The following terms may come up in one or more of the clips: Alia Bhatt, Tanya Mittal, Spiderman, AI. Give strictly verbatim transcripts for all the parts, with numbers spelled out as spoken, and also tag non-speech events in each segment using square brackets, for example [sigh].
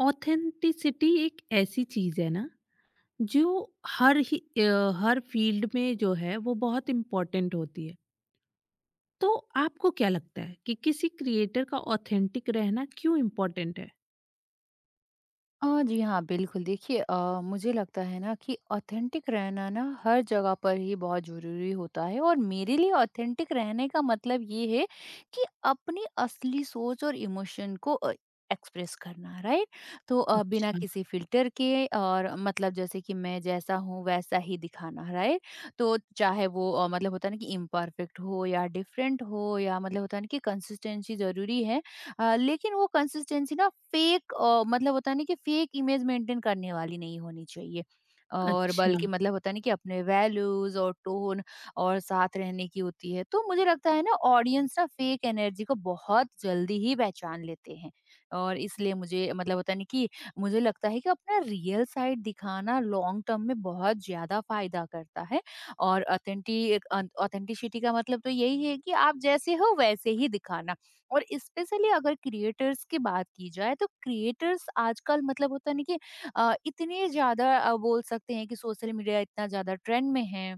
Authenticity एक ऐसी चीज है ना जो हर ही अ, हर फील्ड में जो है वो बहुत इम्पोर्टेंट होती है। तो आपको क्या लगता है कि किसी क्रिएटर का ऑथेंटिक रहना क्यों इम्पोर्टेंट है? अ, जी हाँ, बिल्कुल। देखिए अ, मुझे लगता है ना कि ऑथेंटिक रहना ना हर जगह पर ही बहुत ज़रूरी होता है और मेरे लिए ऑथेंटिक रहने का मतलब ये है कि अपनी असली सोच और इमोशन को अ, एक्सप्रेस करना, राइट? तो अ, बिना अच्छा। किसी फ़िल्टर के और मतलब जैसे कि मैं जैसा हूँ वैसा ही दिखाना, राइट? तो चाहे वो अ, मतलब होता है ना कि इम्परफेक्ट हो या डिफरेंट हो या मतलब होता है ना कि कंसिस्टेंसी ज़रूरी है। अ, लेकिन वो कंसिस्टेंसी ना फेक अ, मतलब होता है ना कि फेक इमेज मेंटेन करने वाली नहीं होनी चाहिए और अच्छा। बल्कि मतलब होता है ना कि अपने वैल्यूज और टोन और साथ रहने की होती है। तो मुझे लगता है ना ऑडियंस ना फेक एनर्जी को बहुत जल्दी ही पहचान लेते हैं और इसलिए मुझे मतलब होता नहीं कि मुझे लगता है कि अपना रियल साइड दिखाना लॉन्ग टर्म में बहुत ज्यादा फायदा करता है और ऑथेंटिक ऑथेंटिसिटी का मतलब तो यही है कि आप जैसे हो वैसे ही दिखाना। और स्पेशली अगर क्रिएटर्स की बात की जाए तो क्रिएटर्स आजकल मतलब होता है ना कि अ, इतने ज़्यादा अ, बोल सकते हैं कि सोशल मीडिया इतना ज़्यादा ट्रेंड में है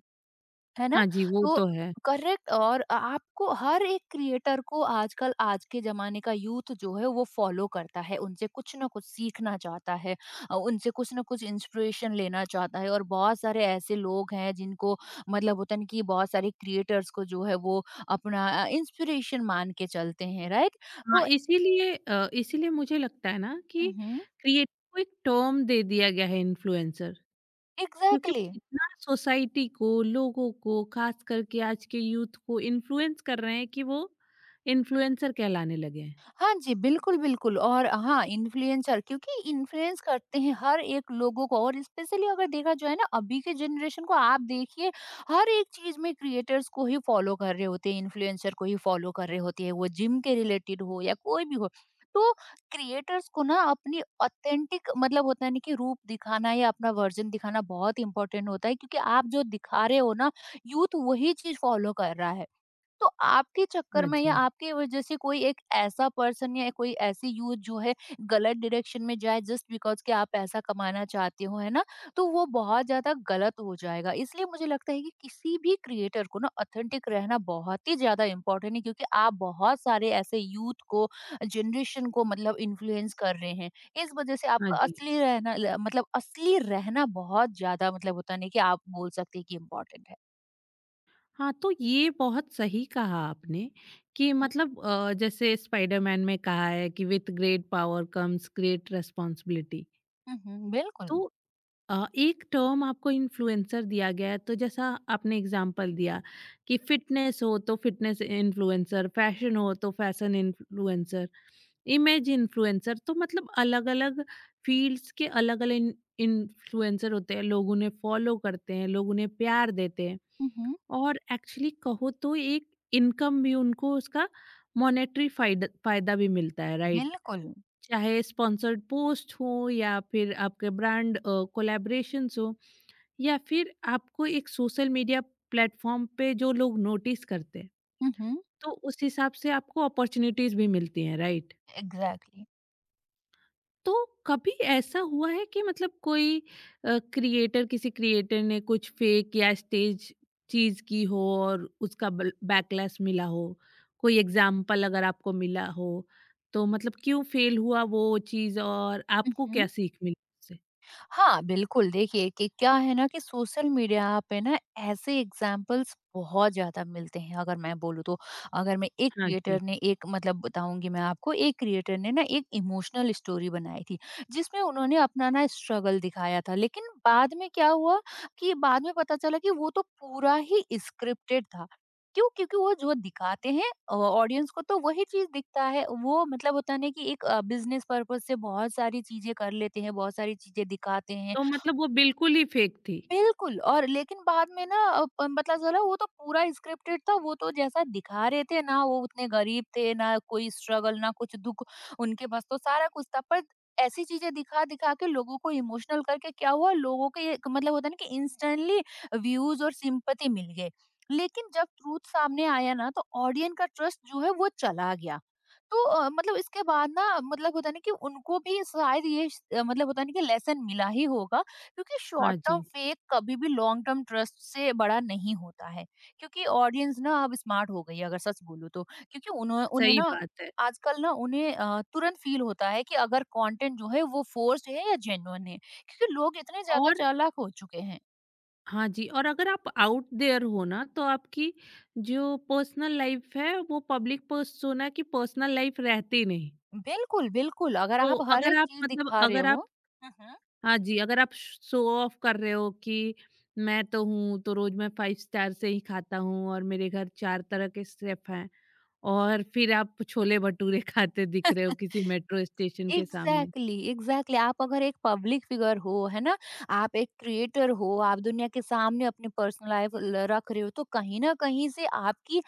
है ना? हाँ जी, वो तो तो है। करेक्ट। और अ, आपको हर एक क्रिएटर को आजकल आज के ज़माने का यूथ जो है वो फॉलो करता है, उनसे कुछ ना कुछ सीखना चाहता है। अ, उनसे कुछ ना कुछ इंस्पिरेशन लेना चाहता है और बहुत सारे ऐसे लोग हैं जिनको मतलब होता है ना कि बहुत सारे क्रिएटर्स को जो है वो अपना अ, इंस्पिरेशन मान के चलते हैं, राइट? हाँ, तो इसीलिए अ, इसीलिए मुझे लगता है ना कि हुँ, हुँ। क्रिएटर को एक टर्म दे दिया गया है, इन्फ्लुएंसर, क्योंकि एग्ज़ैक्टली। वो इतना सोसाइटी को, लोगों को, खास करके आज के यूथ को इन्फ्लुएंस कर रहे हैं कि वो इन्फ्लुएंसर कहलाने लगे हैं। हाँ जी, बिल्कुल, बिल्कुल। और हाँ, इन्फ्लुएंसर क्योंकि इन्फ्लुएंस करते हैं हर एक लोगों को और स्पेशली अगर देखा जाए ना अभी के जनरेशन को आप देखिए, हर एक चीज़ में क्रिएटर्स को ही फॉलो कर रहे होते हैं, इन्फ्लुएंसर को ही फॉलो कर रहे होते हैं, वो जिम के रिलेटेड हो या कोई भी हो। तो क्रिएटर्स को ना अपनी ऑथेंटिक मतलब होता है ना कि रूप दिखाना या अपना वर्ज़न दिखाना बहुत इम्पोर्टेंट होता है क्योंकि आप जो दिखा रहे हो ना, यूथ वही चीज़ फॉलो कर रहा है। तो आपके चक्कर हाँ में जी, या आपके वजह से कोई एक ऐसा पर्सन या कोई ऐसी यूथ जो है गलत डायरेक्शन में जाए जस्ट बिकॉज कि आप पैसा कमाना चाहते हो, है ना? तो वो बहुत ज्यादा गलत हो जाएगा, इसलिए मुझे लगता है कि किसी भी क्रिएटर को ना ऑथेंटिक रहना बहुत ही ज्यादा इम्पोर्टेंट है क्योंकि आप बहुत सारे ऐसे यूथ को, जनरेशन को मतलब इन्फ्लुएंस कर रहे हैं। इस वजह से हाँ आपका जी। असली रहना ल- मतलब असली रहना बहुत ज्यादा मतलब होता नहीं कि आप बोल सकते हैं कि इम्पोर्टेंट है। हाँ, तो ये बहुत सही कहा आपने कि हम्म, मतलब अ, जैसे स्पाइडरमैन में कहा है कि with great power comes great responsibility. Hmm, बिल्कुल तो अ, एक टर्म आपको इन्फ्लुएंसर दिया गया है, तो जैसा आपने एग्ज़ाम्पल दिया कि फिटनेस हो तो फिटनेस इन्फ्लुएंसर, फैशन हो तो फैशन इन्फ्लुएंसर। इमेज इन्फ्लुएंसर, तो मतलब अलग-अलग फील्ड्स के अलग-अलग इन्फ्लुएंसर होते हैं, लोग उन्हें फॉलो करते हैं, लोग उन्हें प्यार देते हैं और एक्चुअली कहो तो एक इनकम भी, उनको उसका मॉनेटरी फायदा फायदा भी मिलता है, राइट? बिल्कुल। चाहे स्पॉन्सर्ड पोस्ट हो या फिर आपके ब्रांड अ, कोलैबोरेशंस हो या फिर आपको एक सोशल मीडिया प्लेटफॉर्म पे जो लोग नोटिस करते हैं, हुँ, हुँ। तो उस हिसाब से आपको अपॉर्च्युनिटीज़ भी मिलती हैं, राइट? एग्ज़ैक्टली। तो कभी ऐसा हुआ है कि मतलब कोई क्रिएटर किसी क्रिएटर ने कुछ फेक या स्टेज चीज की हो और उसका बैकलैश मिला हो, कोई एग्जाम्पल अगर आपको मिला हो तो मतलब क्यों फेल हुआ वो चीज और हुँ, आपको क्या हुँ। सीख मिली उससे। हाँ, बिल्कुल। देखिए कि क्या है ना कि सोशल मीडिया पे ना ऐसे एग्ज़ाम्पल्स बहुत ज़्यादा मिलते हैं अगर मैं बोलूँ तो। अगर मैं एक हाँ जी। क्रिएटर ने एक मतलब बताऊँगी मैं आपको, एक क्रिएटर ने ना एक इमोशनल स्टोरी बनाई थी, जिसमें उन्होंने अपना ना स्ट्रगल दिखाया था। लेकिन बाद में क्या हुआ कि बाद में पता चला कि वो तो पूरा ही स्क्रिप्टेड था। क्यों? क्योंकि वो जो दिखाते हैं अ, ऑडियंस को तो वही चीज़ दिखता है। वो मतलब होता है ना कि एक अ, बिज़नेस पर्पज़ से बहुत सारी चीज़ें कर लेते हैं, बहुत सारी चीज़ें दिखाते हैं। तो मतलब वो बिल्कुल ही फेक थी। बिल्कुल। और लेकिन बाद में ना अ, प मतलब ज़रा वो तो पूरा स्क्रिप्टेड था, वो तो जैसा दिखा रहे थे ना वो उतने गरीब थे, ना कोई स्ट्रगल, ना कुछ दुःख। उनके पास तो सारा कुछ था। पर ऐसी चीज़ें दिखा-दिखा के लोगों को इमोशनल करके क्या हुआ, लोगों के एक मतलब होता है ना कि इंस्टेंटली व्यूज़ और सिम्पैथी मिल गए। लेकिन जब ट्रुथ सामने आया ना तो ऑडियंस का ट्रस्ट जो है वो चला गया। तो अ, मतलब इसके बाद ना मतलब होता है ना कि उनको भी शायद ये स मतलब होता है ना कि लेसन मिला ही होगा क्योंकि हाँ शॉर्ट टर्म जी। फेक कभी भी लॉन्ग टर्म ट्रस्ट से बड़ा नहीं होता है क्योंकि ऑडियंस ना अब स्मार्ट हो गई है अगर सच बोलूं तो क्योंकि उन्हों उन्हें सही ना बात है। आजकल ना उन्हें अ, तुरंत फील होता है कि अगर कंटेंट जो है वो फोर्स्ड है या जेन्युइन है क्योंकि लोग इतने ज्यादा और चालाक हो चुके हैं। हाँ जी, और अगर आप आउट देयर हो ना तो आपकी जो पर्सनल लाइफ है वो पब्लिक पर्सोना की पर्सनल लाइफ रहती नहीं। बिल्कुल बिल्कुल, अगर तो आप हर अगर एक आप चीज मतलब दिखा रहे अगर हो। आप, हम्म। हाँ जी, अगर आप शो ऑफ कर रहे हो कि मैं तो हूँ तो रोज मैं फाइव स्टार से ही खाता हूँ और मेरे घर चार तरह के शेफ हैं और फिर आप छोले भटूरे [laughs] खाते दिख रहे हो किसी मेट्रो स्टेशन के सामने। Exactly exactly, exactly exactly. आप अगर एक पब्लिक फिगर हो, है ना? आप एक क्रिएटर हो, आप दुनिया के सामने अपनी पर्सनल लाइफ रख रहे हो तो कहीं ना कहीं से आपकी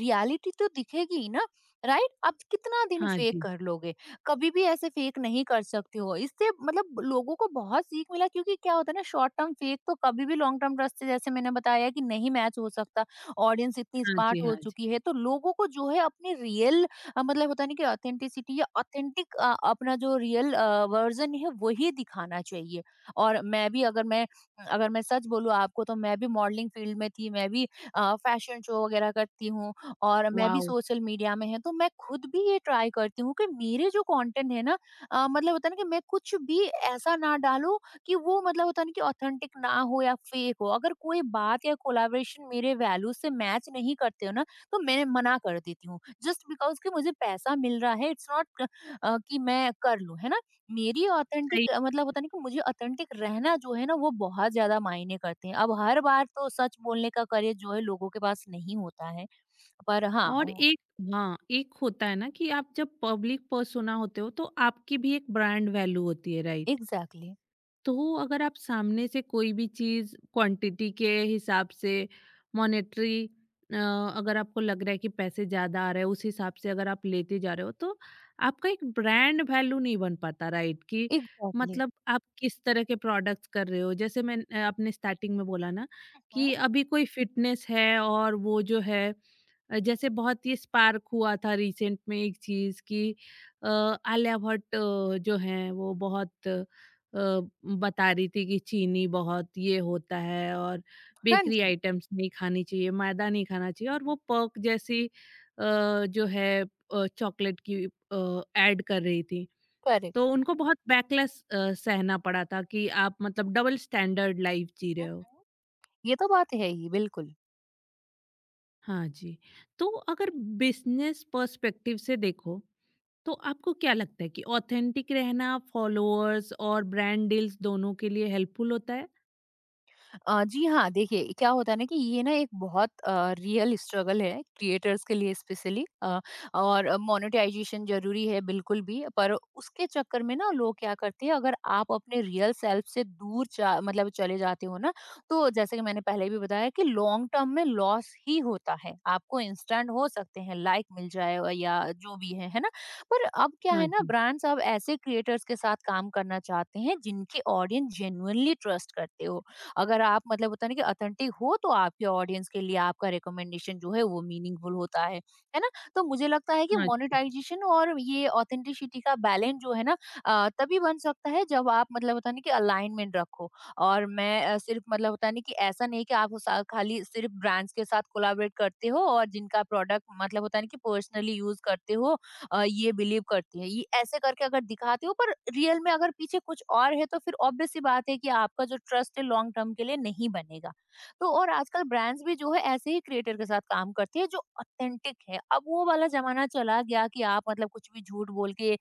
रियलिटी तो दिखेगी ही ना। राइट, आप कितना दिन हाँ फेक जी, कर लोगे? कभी भी ऐसे फेक नहीं कर सकते हो। इससे मतलब लोगों को बहुत सीख मिला क्योंकि क्या होता है ना, शॉर्ट टर्म फेक तो कभी भी लॉन्ग टर्म ट्रस्ट से जैसे मैंने बताया कि नहीं मैच हो सकता। ऑडियंस इतनी हाँ जी, स्मार्ट हो हाँ जी। चुकी है तो लोगों को जो है अपनी रियल अ, मतलब होता है ना कि ऑथेंटिसिटी या ऑथेंटिक अपना जो रियल वर्जन है वही दिखाना चाहिए। और मैं भी अगर मैं अगर मैं सच बोलूँ आपको तो मैं भी मॉडलिंग फील्ड में थी, मैं भी फैशन शो वगैरह करती हूँ और मैं भी वाह। सोशल मीडिया में है, तो मैं खुद भी ये ट्राई करती हूँ कि मेरे जो कंटेंट है ना, अ, मतलब होता है ना कि मैं कुछ भी ऐसा ना डालूं कि वो मतलब होता है ना कि ऑथेंटिक ना हो या फेक हो। अगर कोई बात या कोलाबरेशन मेरे वैल्यूज से मैच नहीं करते हो ना, तो मैं मना कर देती हूँ। जस्ट बिकॉज कि मुझे पैसा मिल रहा है इट्स नॉट कि मैं कर लूँ, है ना? मेरी ऑथेंटिक मतलब होता नहीं कि मुझे ऑथेंटिक रहना जो है ना वो बहुत ज्यादा मायने करते हैं। अब हर बार तो सच बोलने का करेज जो है लोगों के पास नहीं होता है, पर हाँ। और एक, हाँ, एक होता है ना कि आप जब पब्लिक पर्सोना होते हो तो आपकी भी एक ब्रांड वैल्यू होती है, राइट? एग्जैक्टली तो अगर आप सामने से कोई भी चीज़ क्वांटिटी के हिसाब से मॉनेटरी, अ, अगर आपको लग रहा है कि पैसे ज़्यादा आ रहे हैं उस हिसाब से अगर आप लेते जा रहे हो तो आपका एक ब्रांड वैल्यू नहीं बन पाता, राइट? कि एग्जैक्टली। मतलब आप किस तरह के प्रोडक्ट्स कर रहे हो, जैसे मैं, आपने स्टार्टिंग में बोला ना हम्म, कि अभी कोई फिटनेस है और वो जो है, अ, जैसे बहुत ही स्पार्क हुआ था रिसेंट में एक चीज़ कि अ, आलिया भट्ट अ, जो हैं वो बहुत अ, बता रही थी कि चीनी बहुत ये होता है और हाँ बेकरी जी। आइटम्स नहीं खानी चाहिए, मैदा नहीं खाना चाहिए, और वो पर्क जैसी अ, जो है अ, चॉकलेट की अ, ऐड कर रही थी। करेक्ट। तो उनको बहुत बैकलैश अ, सहना पड़ा था कि आप मतलब डबल स्टैंडर्ड लाइफ़ जी रहे हो। ये तो बात है ही बिल्कुल। हाँ जी। तो अगर बिज़नेस पर्सपेक्टिव से देखो तो आपको क्या लगता है कि ऑथेंटिक रहना फॉलोअर्स और ब्रांड डील्स दोनों के लिए हेल्पफुल होता है? अ, जी हाँ, देखिए क्या होता है ना कि ये ना एक बहुत अ, रियल स्ट्रगल है क्रिएटर्स के लिए स्पेशली। अ, और मोनेटाइजेशन ज़रूरी है बिल्कुल भी, पर उसके चक्कर में ना लोग क्या करते हैं अगर आप अपने रियल सेल्फ से दूर जा मतलब चले जाते हो ना, तो जैसे कि मैंने पहले भी बताया कि लॉन्ग टर्म में लॉस ही होता है। आपको इंस्टेंट हो सकते हैं, लाइक मिल जाए और या जो भी है, है ना? पर अब क्या है हाँ ना, जी, ब्रांड्स अब ऐसे क्रिएटर्स के साथ काम करना चाहते हैं जिनकी ऑडियंस जेन्युइनली ट्रस्ट करते हो। अगर आप मतलब होता है ना कि ऑथेंटिक हो तो आपके ऑडियंस के लिए आपका रिकमेंडेशन जो है वो मीनिंगफुल होता है है ना? तो मुझे लगता है कि हाँ जी। मोनेटाइजेशन और ये ऑथेंटिसिटी का बैलेंस जो है ना, अ, तभी बन सकता है जब आप मतलब होता नहीं कि अलाइनमेंट रखो। और मैं अ, सिर्फ मतलब होता नहीं कि ऐसा नहीं कि आप उस- खाली सिर्फ ब्रांड्स के साथ कोलाबरेट करते हो और जिनका प्रोडक्ट मतलब होता नहीं कि पर्सनली यूज करते हो। अ, ये बिलीव करती है, ये ऐसे करके अगर दिखाते हो पर रियल में अगर पीछे कुछ और है तो फिर ऑब्वियस सी बात है कि आपका जो ट्रस्ट है लॉन्ग टर्म के लिए नहीं बनेगा। तो और आजकल ब्रांड्स भी जो है ऐसे ही क्रिएटर के साथ काम करते हैं जो ऑथेंटिक है। अब वो वाला जमाना चला गया कि आप मतलब कुछ भी झूठ बोल के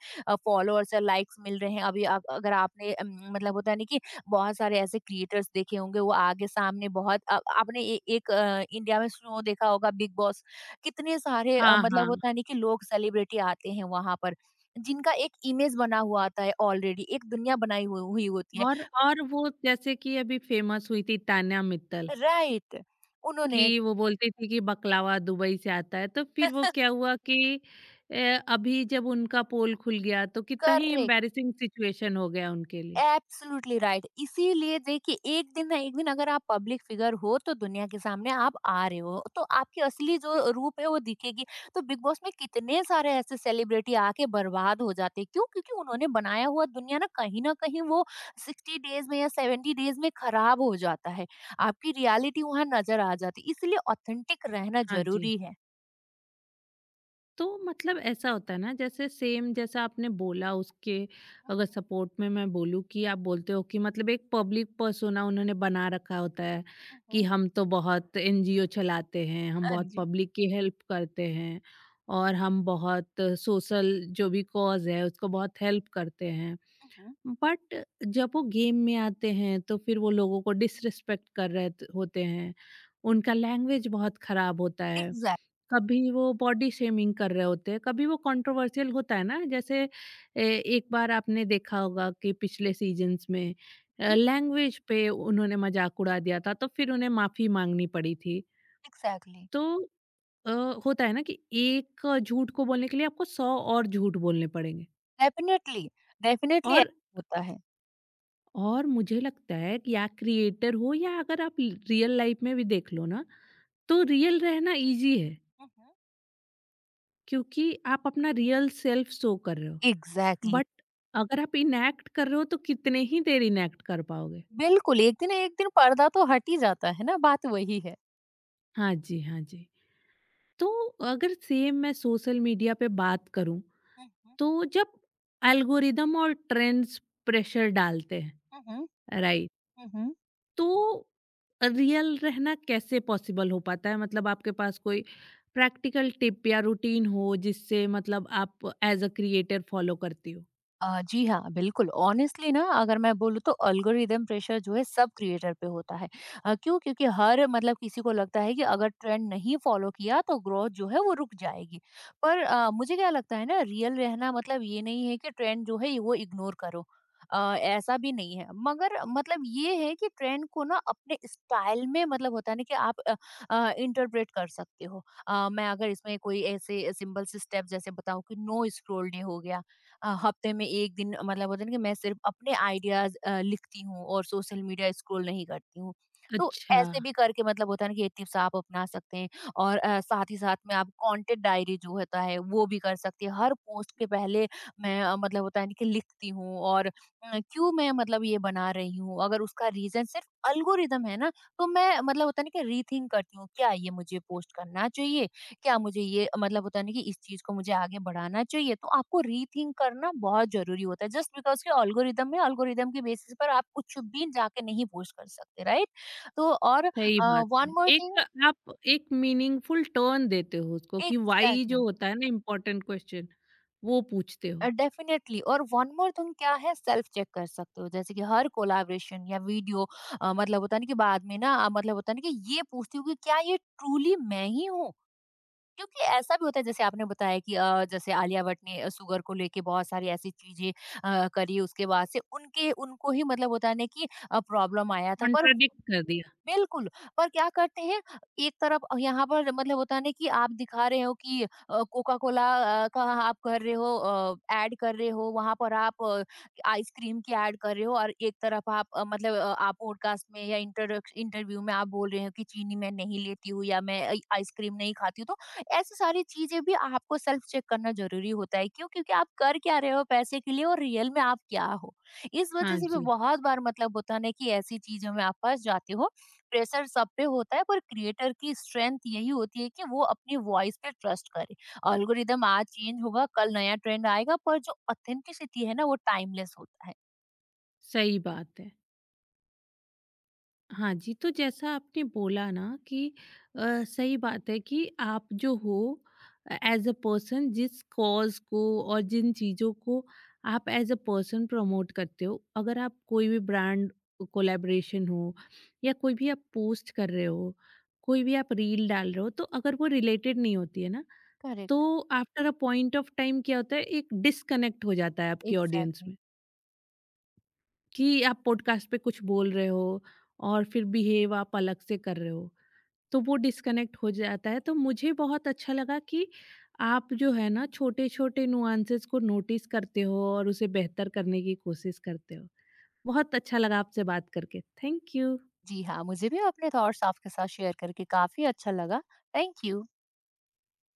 फॉलोअर्स या लाइक्स मिल रहे हैं। अभी आप- अगर आपने अम, मतलब होता है ना कि बहुत सारे ऐसे क्रिएटर्स देखे होंगे वो आगे सामने बहुत अ, आपने ए, एक अ, इंडिया में शो देखा होगा बिग बॉस। कितने सारे अ, हाँ, हाँ। मतलब होता है नहीं कि लोग सेलिब्रिटी आते हैं वहां पर जिनका एक इमेज बना हुआ आता है ऑलरेडी, एक दुनिया बनाई हुई हुई होती है। और और वो, जैसे कि अभी फेमस हुई थी तान्या मित्तल राइट। उन्होंने कि वो बोलती थी कि बकलावा दुबई से आता है, तो फिर वो क्या हुआ कि अ, अभी जब उनका पोल खुल गया तो कितना ही करेक्ट। एम्बैरेसिंग सिचुएशन हो गया उनके लिए। Absolutely right. इसीलिए देखिए एक दिन ना एक दिन अगर आप पब्लिक फिगर हो तो दुनिया के सामने आप आ रहे हो तो आपकी असली जो रूप है वो दिखेगी। तो बिग बॉस में कितने सारे ऐसे सेलिब्रिटी आके बर्बाद हो जाते हैं। क्यों? क्योंकि उन्होंने बनाया हुआ दुनिया ना कहीं ना कहीं वो सिक्सटी डेज में या सेवेंटी डेज में खराब हो जाता है। आपकी रियलिटी वहां नजर आ जाती है, इसलिए ऑथेंटिक रहना हाँ जी। जरूरी है। तो मतलब ऐसा होता है ना, जैसे सेम जैसा आपने बोला, उसके अगर सपोर्ट में मैं बोलूँ कि आप बोलते हो कि मतलब एक पब्लिक पर्सोना उन्होंने बना रखा होता है मम्, कि मम्, हम तो बहुत एनजीओ चलाते हैं, हम हाँ बहुत जी। पब्लिक की हेल्प करते हैं और हम बहुत सोशल जो भी कॉज है उसको बहुत हेल्प करते हैं, बट जब वो गेम में आते हैं तो फिर वो लोगों को डिसरिस्पेक्ट कर रहे होते हैं, उनका लैंग्वेज बहुत खराब होता है, कभी वो बॉडी शेमिंग कर रहे होते हैं, कभी वो कंट्रोवर्शियल होता है ना, जैसे ए, एक बार आपने देखा होगा कि पिछले सीजन्स में एग्जैक्टली लैंग्वेज पे उन्होंने मजाक उड़ा दिया था तो फिर उन्हें माफी मांगनी पड़ी थी। एग्जैक्टली। तो अ, होता है ना कि एक झूठ को बोलने के लिए आपको सौ और झूठ बोलने पड़ेंगे। Definitely definitely. और होता है। और मुझे लगता है कि या क्रिएटर हो या अगर आप रियल लाइफ में भी देख लो ना तो रियल रहना इजी है मम्म, क्योंकि आप अपना रियल सेल्फ शो कर रहे हो। Exactly exactly. बट अगर आप इनएक्ट कर रहे हो तो कितने ही देर इनएक्ट कर पाओगे। बिल्कुल, एक दिन एक दिन पर्दा तो हट ही जाता है ना, बात वही है। हाँ जी, हाँ जी। तो अगर सेम मैं सोशल मीडिया पे बात करूं, मम्म, तो जब एल्गोरिदम और ट्रेंड्स प्रेशर डालते हैं, मम्म, राइट, मम्म। तो रियल रहना कैसे पॉसिबल हो पाता है? मतलब आपके पास कोई प्रैक्टिकल टिप या रूटीन हो जिससे मतलब आप एज अ क्रिएटर फॉलो करती हो। अ, जी हाँ, बिल्कुल। ऑनेस्टली ना अगर मैं बोलूँ तो एल्गोरिदम प्रेशर जो है सब क्रिएटर पे होता है। अ, क्यों? क्योंकि हर मतलब किसी को लगता है कि अगर ट्रेंड नहीं फॉलो किया तो ग्रोथ जो है वो रुक जाएगी। पर अ, मुझे क्या लगता है ना रियल रहना मतलब ये नहीं है कि ट्रेंड जो है वो इग्नोर करो। अ, ऐसा भी नहीं है। मगर मतलब ये है कि ट्रेंड को ना अपने स्टाइल में मतलब होता है ना कि आप अ अ, इंटरप्रेट कर सकते हो। अ, मैं अगर इसमें कोई ऐसे सिंपल से स्टेप जैसे बताऊँ कि नो स्क्रॉल डे हो गया। अ, हफ्ते में एक दिन मतलब होता है ना कि मैं सिर्फ अपने आइडियाज़ अ, लिखती हूँ और सोशल मीडिया स्क्रॉल नहीं करती हूँ। तो अच्छा। ऐसे भी करके मतलब होता है ना कि ये टिप्स आप अपना सकते हैं। और अ, साथ ही साथ में आप कंटेंट डायरी जो होता है वो भी कर सकते हैं। हर पोस्ट के पहले मैं अ, मतलब होता है ना कि लिखती हूँ और अ, क्यों मैं मतलब ये बना रही हूँ, अगर उसका रीज़न सिर्फ एल्गोरिदम है ना, तो मैं मतलब होता है ना कि रीथिंक करती हूँ, क्या ये मुझे पोस्ट करना चाहिए, क्या मुझे ये मतलब होता है ना कि इस चीज़ को मुझे आगे बढ़ाना चाहिए। तो आपको रीथिंक करना बहुत ज़रूरी होता है। जस्ट बिकॉज़ कि एल्गोरिदम है, एल्गोरिदम के बेसिस पर आप कुछ भी जाके नहीं पोस्ट कर सकते, राइट? तो और अ, सही बात वन है। More thing. एक, आप एक मीनिंगफुल टर्न देते हो उसको कि व्हाई जो एग्ज़ैक्टली। होता है ना, इम्पोर्टेंट क्वेश्चन, वो पूछते अ, हो। डेफ़िनेटली। और वन मोर थिंग क्या है, सेल्फ चेक कर सकते हो। जैसे कि हर कोलैबोरेशन या वीडियो अ, मतलब होता है ना कि बाद में ना अ, मतलब होता है ना कि ये पूछती हूँ कि क्या ये ट्रूली मैं ही हूँ? क्योंकि ऐसा भी होता है, जैसे आपने बताया कि अ, जैसे आलिया भट्ट ने अ, शुगर को लेके बहुत सारी ऐसी चीजें अ, करी, उसके बाद से उनके उनको ही मतलब होता है ना कि प्रॉब्लम आया था, पर कॉन्ट्राडिक्ट कर दिया। बिल्कुल, पर क्या करते हैं, एक तरफ यहाँ पर मतलब होता है ना कि आप दिखा रहे हो कि अ, कोका कोला अ, का आप कर रहे हो अ, ऐड कर रहे हो, वहाँ पर आप आइसक्रीम की ऐड कर रहे हो और एक तरफ आप अ, मतलब अ, आप पॉडकास्ट में या इंट्रोडक्श इंटरव्यू में आप बोल रहे हो कि चीनी मैं नहीं लेती हूँ या मैं आई आइसक्रीम नहीं खाती हूँ, तो ऐसी सारी चीज़ें भी आपको सेल्फ चेक करना ज़रूरी होता है। क्यों? क्योंकि आप कर क्या रहे हो पैसे के लिए और रियल में आप क्या हो? इस वजह हाँ से भी जी, बहुत बार मतलब होता है ना कि ऐसी चीज़ों में आप फँस जाते हो। प्रेशर सब पे होता है, पर क्रिएटर की स्ट्रेंथ यही होती है कि वो अपनी वॉइस पे ट्रस्ट करे। अल्गोरिदम आज चेंज होगा, कल नया ट्रेंड आएगा, पर जो ऑथेंटिसिटी है ना वो टाइमलेस होता है। सही बात है। हाँ जी, तो जैसा आपने बोला ना कि अ, सही बात है कि आप जो हो एज़ अ पर्सन, जिस कॉज़ को और जिन चीज़ों को आप एज़ अ पर्सन प्रमोट करते हो, अगर आप कोई भी ब्रांड कोलैबोरेशन हो या कोई भी आप पोस्ट कर रहे हो, कोई भी आप रील डाल रहे हो, तो अगर वो रिलेटेड नहीं होती है ना, करेक्ट। तो after a point of time क्या होता है, एक डिस्कनेक्ट हो जाता है आपकी ऑडियंस एग्जैक्टली exactly. में। कि आप पॉडकास्ट पे कुछ बोल रहे हो और फिर बिहेव आप अलग से कर रहे हो, तो वो डिस्कनेक्ट हो जाता है। तो मुझे बहुत अच्छा लगा कि आप जो है ना छोटे छोटे नुआंसेस को नोटिस करते हो और उसे बेहतर करने की कोशिश करते हो। बहुत अच्छा लगा आपसे बात करके। Thank you. जी हाँ, मुझे भी अपने थॉट्स आपके साथ शेयर करके काफी अच्छा लगा। Thank you.